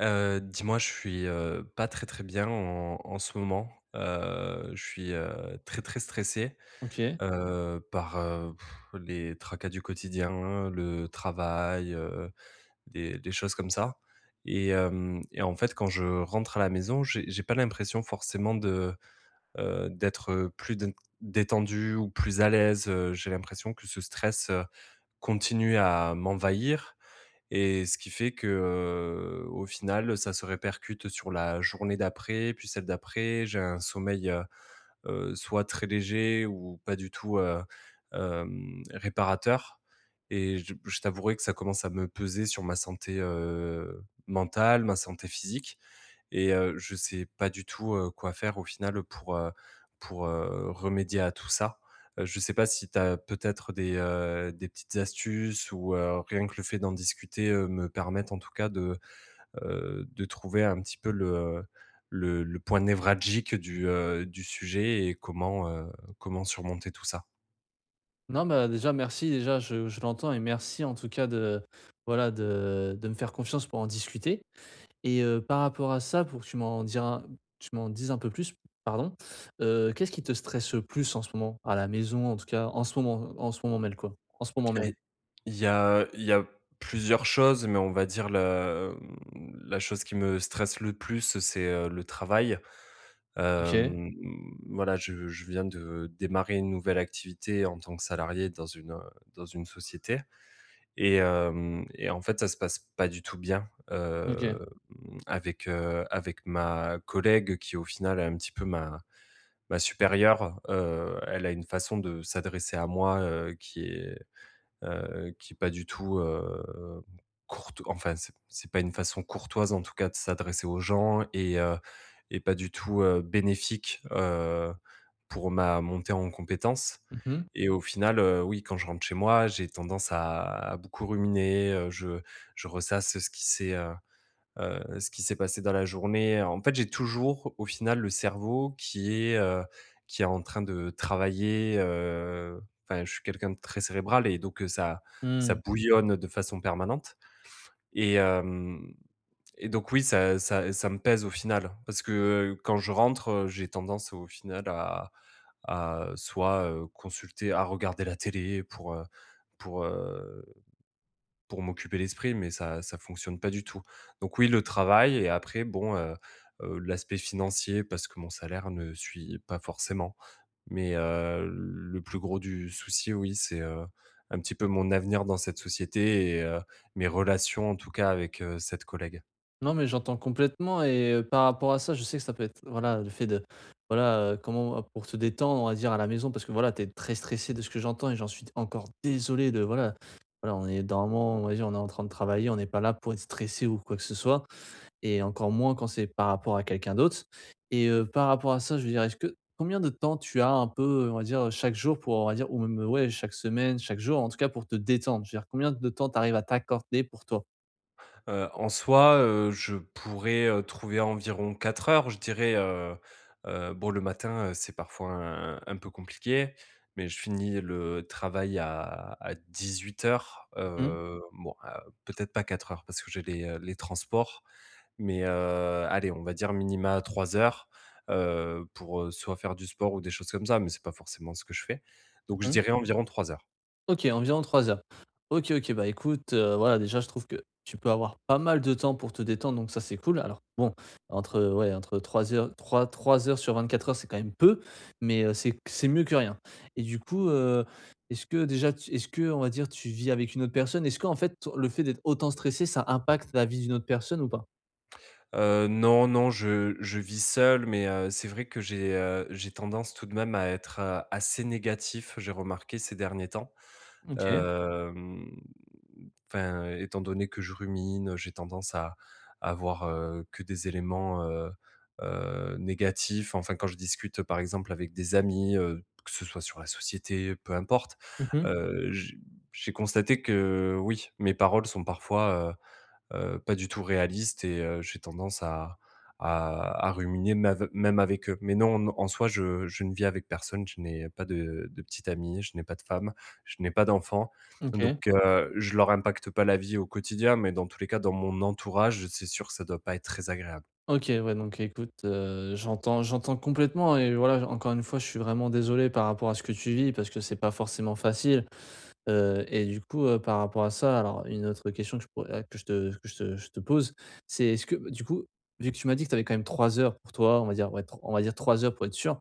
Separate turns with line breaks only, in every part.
Dis-moi, je suis, pas très, très bien en ce moment. Je suis, très, très stressé,
OK.
par, les tracas du quotidien, le travail, des choses comme ça et en fait, quand je rentre à la maison, j'ai pas l'impression forcément de, d'être, plus dén détendu ou plus à l'aise, j'ai l'impression que ce stress, continue à m'envahir et ce qui fait que, au final, ça se répercute sur la journée d'après, puis celle d'après. J'ai un sommeil, soit très léger ou pas du tout, réparateur et je t'avouerai que ça commence à me peser sur ma santé, mentale, ma santé physique et je sais pas du tout, quoi faire au final pour, remédier à tout ça. Je sais pas si tu as peut-être des petites astuces ou, rien que le fait d'en discuter, me permette en tout cas de trouver un petit peu le, le point névralgique du sujet et comment, comment surmonter tout ça?
Non, bah, déjà merci, déjà je l'entends et merci en tout cas de voilà de me faire confiance pour en discuter et par rapport à ça pour que tu m'en dires un tu m'en dises un peu plus, pardon, qu'est-ce qui te stresse le plus en ce moment? À la maison en tout cas, en ce moment même quoi? En ce moment même.
Et il y a plusieurs choses, mais on va dire la, la chose qui me stresse le plus, c'est, le travail.
OK,
Hem, voilà, je viens de démarrer une nouvelle activité en tant que salarié dans une société et en fait, ça se passe pas du tout bien,
OK.
avec, avec ma collègue qui, au final, est un petit peu ma supérieure. Elle a une façon de s'adresser à moi, qui est pas du tout, courto enfin, c'est pas une façon courtoise, en tout cas, de s'adresser aux gens et pas du tout, bénéfique, pour ma montée en compétences
Mmh mh.
et au final, oui, quand je rentre chez moi, j'ai tendance à beaucoup ruminer, je ressasse ce qui s'est passé dans la journée. En fait, j'ai toujours, au final, le cerveau qui est en train de travailler, enfin, je suis quelqu'un de très cérébral et donc ça
Mmh.
bouillonne de façon permanente et hem et donc oui, ça me pèse au final parce que, quand je rentre, j'ai tendance au final à soit, consulter à regarder la télé pour, pour, heu pour m'occuper l'esprit, mais ça fonctionne pas du tout. Donc oui, le travail et après bon, l'aspect financier parce que mon salaire ne suit pas forcément. Mais le plus gros du souci, oui, c'est, un petit peu mon avenir dans cette société et mes relations en tout cas avec, cette collègue.
Non, mais j'entends complètement et par rapport à ça, je sais que ça peut être voilà, le fait de voilà, comment pour te détendre, on va dire, à la maison parce que voilà, tu es très stressé de ce que j'entends et j'en suis encore désolé de voilà, on est normalement, on va dire, on est en train de travailler, on n'est pas là pour être stressé ou quoi que ce soit et encore moins quand c'est par rapport à quelqu'un d'autre et par rapport à ça, je veux dire, est-ce que combien de temps tu as un peu, on va dire, chaque jour pour, on va dire ou même, ouais, chaque semaine, chaque jour, en tout cas pour te détendre? Je veux dire, combien de temps tu arrives à t'accorder pour toi?
En soi, je pourrais, trouver environ 4 heures, je dirais, bon le matin, c'est parfois un peu compliqué, mais je finis le travail à 18 h.
Mmh mh.
Bon, peut-être pas 4 heures parce que j'ai les transports, mais allez, on va dire minima 3 heures, pour, soit faire du sport ou des choses comme ça, mais c'est pas forcément ce que je fais, donc je
Mmh.
dirais environ 3 heures.
OK, environ 3 heures. OK, OK, bah, écoute, voilà, déjà, je trouve que tu peux avoir pas mal de temps pour te détendre, donc ça, c'est cool. Alors bon, entre, ouais, entre 3 heures, 3 heures sur 24 heures, c'est quand même peu, mais c'est mieux que rien et du coup, est-ce que on va dire, tu vis avec une autre personne? Est-ce qu'en fait, le fait d'être autant stressé, ça impacte la vie d'une autre personne ou pas?
Non, non, je vis seul, mais c'est vrai que j'ai tendance tout de même à être, assez négatif, j'ai remarqué ces derniers temps.
OK.
Hem, enfin, étant donné que je rumine, j'ai tendance à avoir, que des éléments, négatifs. Enfin, quand je discute, par exemple, avec des amis, que ce soit sur la société, peu importe,
Mmh.
heu, j j'ai constaté que, oui, mes paroles sont parfois, pas du tout réaliste et j'ai tendance à ruminer mave même avec eux. Mais non, en soi, je ne vis avec personne, je n'ai pas de petite amie, je n'ai pas de femme, je n'ai pas d'enfant,
OK.
donc je leur impacte pas la vie au quotidien, mais dans tous les cas, dans mon entourage, c'est sûr que ça doit pas être très agréable.
OK, ouais, donc écoute, j'entends complètement et voilà, encore une fois, je suis vraiment désolé par rapport à ce que tu vis parce que c'est pas forcément facile, et du coup, par rapport à ça, alors une autre question que je pourrais que je te pose, c'est est-ce que, du coup, vu que tu m'as dit que tu avais quand même 3 heures pour toi, on va dire, ouais, tr on va dire 3 heures pour être sûr,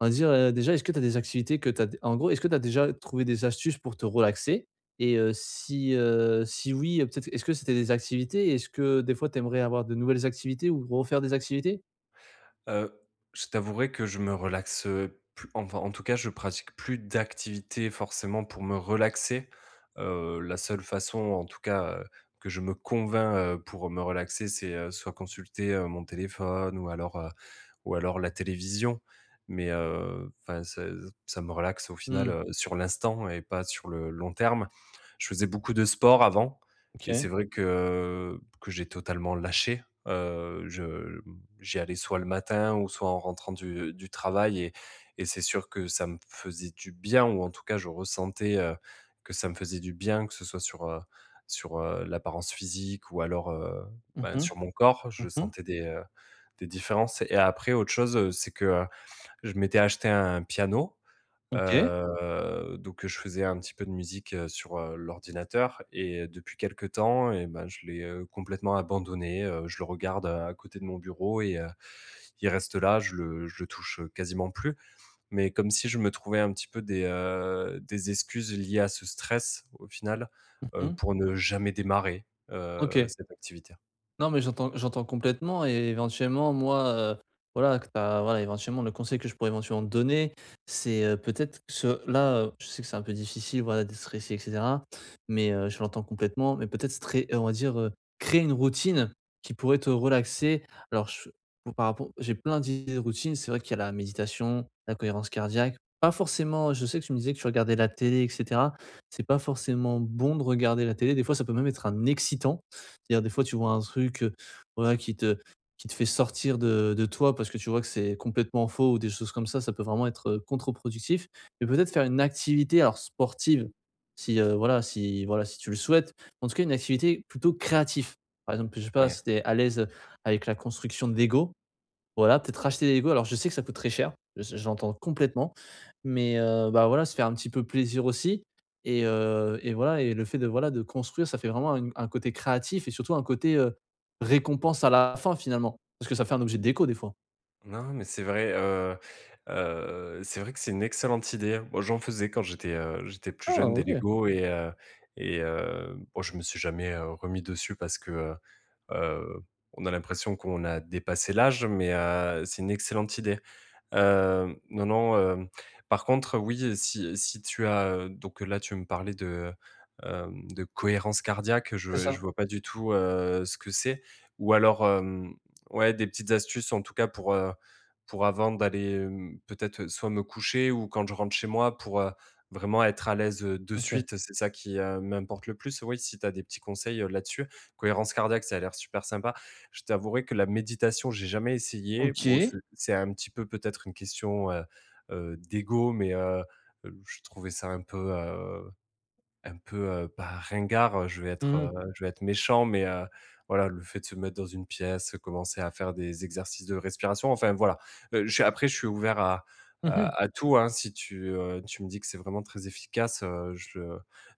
on va dire, déjà, est-ce que tu as des activités que tu as en gros, est-ce que tu as déjà trouvé des astuces pour te relaxer? Et si oui, peut-être est-ce que c'était des activités? Est-ce que des fois tu aimerais avoir de nouvelles activités ou refaire des activités?
Heu, je t'avouerai que je me relaxe, plus enfin, en tout cas, je pratique plus d'activités forcément pour me relaxer. La seule façon, en tout cas, que je me convainc, pour me relaxer, c'est, soit consulter, mon téléphone ou alors la télévision. Mais, enfin, ça me relaxe au final,
Mmh.
sur l'instant et pas sur le long terme. Je faisais beaucoup de sport avant et c'est
OK.
vrai que j'ai totalement lâché. Je J'y allais soit le matin ou soit en rentrant du travail et c'est sûr que ça me faisait du bien ou en tout cas je ressentais, que ça me faisait du bien, que ce soit sur, sur, l'apparence physique ou alors,
Mmh
ben,
mh.
sur mon corps, je
Mmh.
sentais des différences et après autre chose, c'est que, je m'étais acheté un piano.
OK.
Donc je faisais un petit peu de musique, sur, l'ordinateur et depuis quelque temps et ben, je l'ai, complètement abandonné, je le regarde, à côté de mon bureau et il reste là, je le touche, quasiment plus. Mais comme si je me trouvais un petit peu des excuses liées à ce stress au final,
Mmh.
pour ne jamais démarrer,
OK.
cette activité.
Non, mais j'entends complètement et éventuellement moi, voilà que t'as voilà éventuellement le conseil que je pourrais éventuellement te donner, c'est, peut-être que ce là, je sais que c'est un peu difficile voilà d'être stressé et cetera, mais, je l'entends complètement, mais peut-être stré on va dire, créer une routine qui pourrait te relaxer. Alors je ou par rapport j'ai plein d'idées de routines, c'est vrai qu'il y a la méditation, la cohérence cardiaque, pas forcément je sais que tu me disais que tu regardais la télé et cetera, c'est pas forcément bon de regarder la télé, des fois ça peut même être un excitant. C'est-à-dire des fois tu vois un truc, voilà qui te fait sortir de toi parce que tu vois que c'est complètement faux ou des choses comme ça peut vraiment être, contre-productif. Mais peut-être faire une activité alors sportive si, si tu le souhaites. En tout cas une activité plutôt créative. Par exemple, je sais pas
Ouais.
si tu es à l'aise avec la construction de Lego, voilà, peut-être racheter des Lego. Alors je sais que ça coûte très cher, je l'entends complètement, mais bah, voilà, se faire un petit peu plaisir aussi et voilà et le fait de voilà, de construire, ça fait vraiment une un côté créatif et surtout un côté, récompense à la fin finalement. Parce que ça fait un objet de déco des fois.
Non, mais c'est vrai que c'est une excellente idée. Moi, j'en faisais quand j'étais, j'étais plus
Ah
jeune des
OK,
Lego et bon, je me suis jamais, remis dessus parce que, heu, on a l'impression qu'on a dépassé l'âge, mais c'est une excellente idée. Non, non, par contre, oui, si tu as, donc là, tu me parlais de, de cohérence cardiaque,
c'est
je
ça.
vois pas du tout, ce que c'est ou alors, ouais, des petites astuces en tout cas pour avant d'aller, peut-être soit me coucher ou quand je rentre chez moi pour, vraiment être à l'aise, de
OK.
suite. C'est ça qui, m'importe le plus. Oui, si tu as des petits conseils, là-dessus. Cohérence cardiaque, ça a l'air super sympa. Je t'avouerai que la méditation, j'ai jamais essayé. Bon,
OK.
c'est un petit peu peut-être une question, d'ego, mais je trouvais ça un peu, pas ringard,
Mmh mh.
je vais être méchant, mais voilà, le fait de se mettre dans une pièce, commencer à faire des exercices de respiration, enfin voilà. Je suis après, je suis ouvert à
Mmh.
à à tout, hein. Si tu, tu me dis que c'est vraiment très efficace, je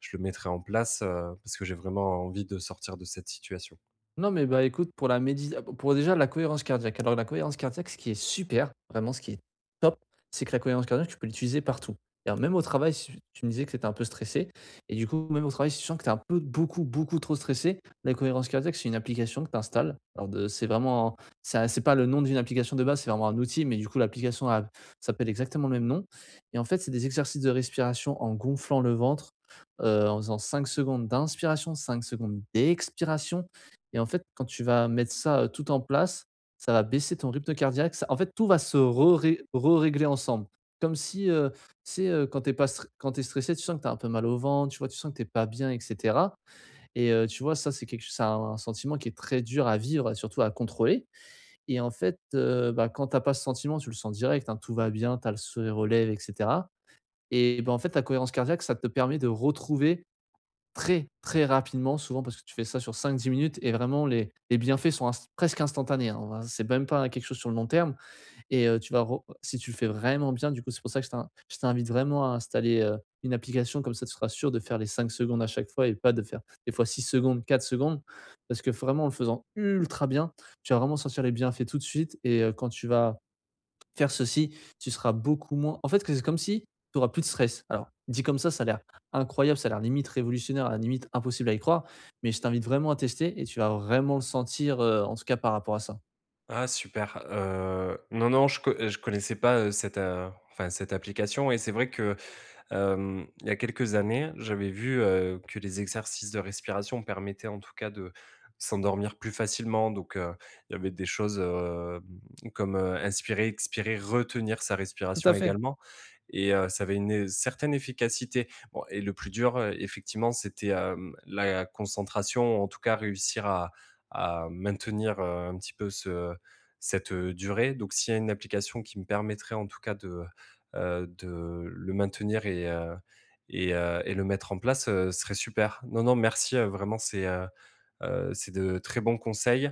le mettrai en place, parce que j'ai vraiment envie de sortir de cette situation.
Non, mais bah, écoute, pour déjà la cohérence cardiaque. Alors la cohérence cardiaque, ce qui est super, vraiment ce qui est top, c'est que la cohérence cardiaque, tu peux l'utiliser partout. C'est même au travail, si tu me disais que tu étais un peu stressé et du coup, même au travail, si tu sens que tu es un peu beaucoup, beaucoup trop stressé, la cohérence cardiaque, c'est une application que tu installes. Alors de c'est vraiment un- ça c'est pas le nom d'une application de base, c'est vraiment un outil, mais du coup, l'application a s'appelle exactement le même nom et en fait, c'est des exercices de respiration en gonflant le ventre, en faisant 5 secondes d'inspiration, 5 secondes d'expiration et en fait, quand tu vas mettre ça, tout en place, ça va baisser ton rythme cardiaque, ça en fait, tout va se re ré re-régler ensemble. Comme si, tu sais, quand tu es pas quand t'es stressé, tu sens que tu as un peu mal au ventre, tu vois? Tu sens que tu pas bien et cetera et tu vois, ça, c'est quelque ch c'est un sentiment qui est très dur à vivre et surtout à contrôler et en fait, bah, quand tu pas ce sentiment, tu le sens direct, hein, tout va bien, tu as le sourire aux lèvres et cetera et bah, en fait, ta cohérence cardiaque, ça te permet de retrouver très, très rapidement, souvent parce que tu fais ça sur 5 à 10 minutes et vraiment les bienfaits sont inst presque instantanés, hein, on va c'est même pas quelque chose sur le long terme et tu vas re si tu le fais vraiment bien, du coup, c'est pour ça que je t'invite vraiment à installer, une application comme ça tu seras sûr de faire les 5 secondes à chaque fois et pas de faire des fois 6 secondes, 4 secondes. Parce que vraiment en le faisant ultra bien, tu vas vraiment sentir les bienfaits tout de suite et quand tu vas faire ceci, tu seras beaucoup moins. En fait, c'est comme si tu auras plus de stress. Alors, dit comme ça a l'air incroyable, ça a l'air limite révolutionnaire, à la limite impossible à y croire, mais je t'invite vraiment à tester et tu vas vraiment le sentir, en tout cas par rapport à ça.
Ah super, non, non, je connaissais pas, cette, enfin cette application et c'est vrai que, il y a quelques années, j'avais vu, que les exercices de respiration permettaient en tout cas de s'endormir plus facilement donc il y avait des choses, comme, inspirer, expirer, retenir sa
Tout
respiration
à fait.
également et ça avait une é certaine efficacité. Bon et le plus dur, effectivement, c'était, la concentration, ou en tout cas réussir à maintenir, un petit peu ce cette, durée donc s'il y a une application qui me permettrait en tout cas de le maintenir et le mettre en place, serait super. Non, non, merci, vraiment, c'est de très bons conseils.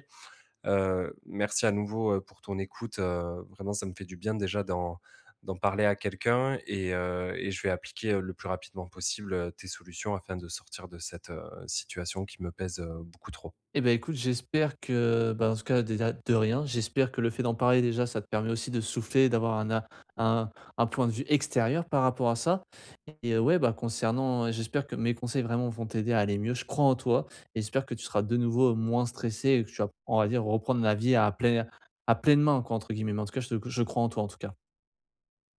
Merci à nouveau, pour ton écoute, vraiment, ça me fait du bien déjà d'en parler à quelqu'un et je vais appliquer, le plus rapidement possible, tes solutions afin de sortir de cette, situation qui me pèse, beaucoup trop.
Eh ben, écoute, j'espère que bah, en tout cas, déjà, de rien, j'espère que le fait d'en parler, déjà, ça te permet aussi de souffler, d'avoir un point de vue extérieur par rapport à ça et ouais, bah, concernant, j'espère que mes conseils vraiment vont t'aider à aller mieux. Je crois en toi et j'espère que tu seras de nouveau moins stressé, et que tu vas, on va dire, reprendre la vie à «pleine main» quoi, entre guillemets, mais en tout cas, je crois en toi, en tout cas.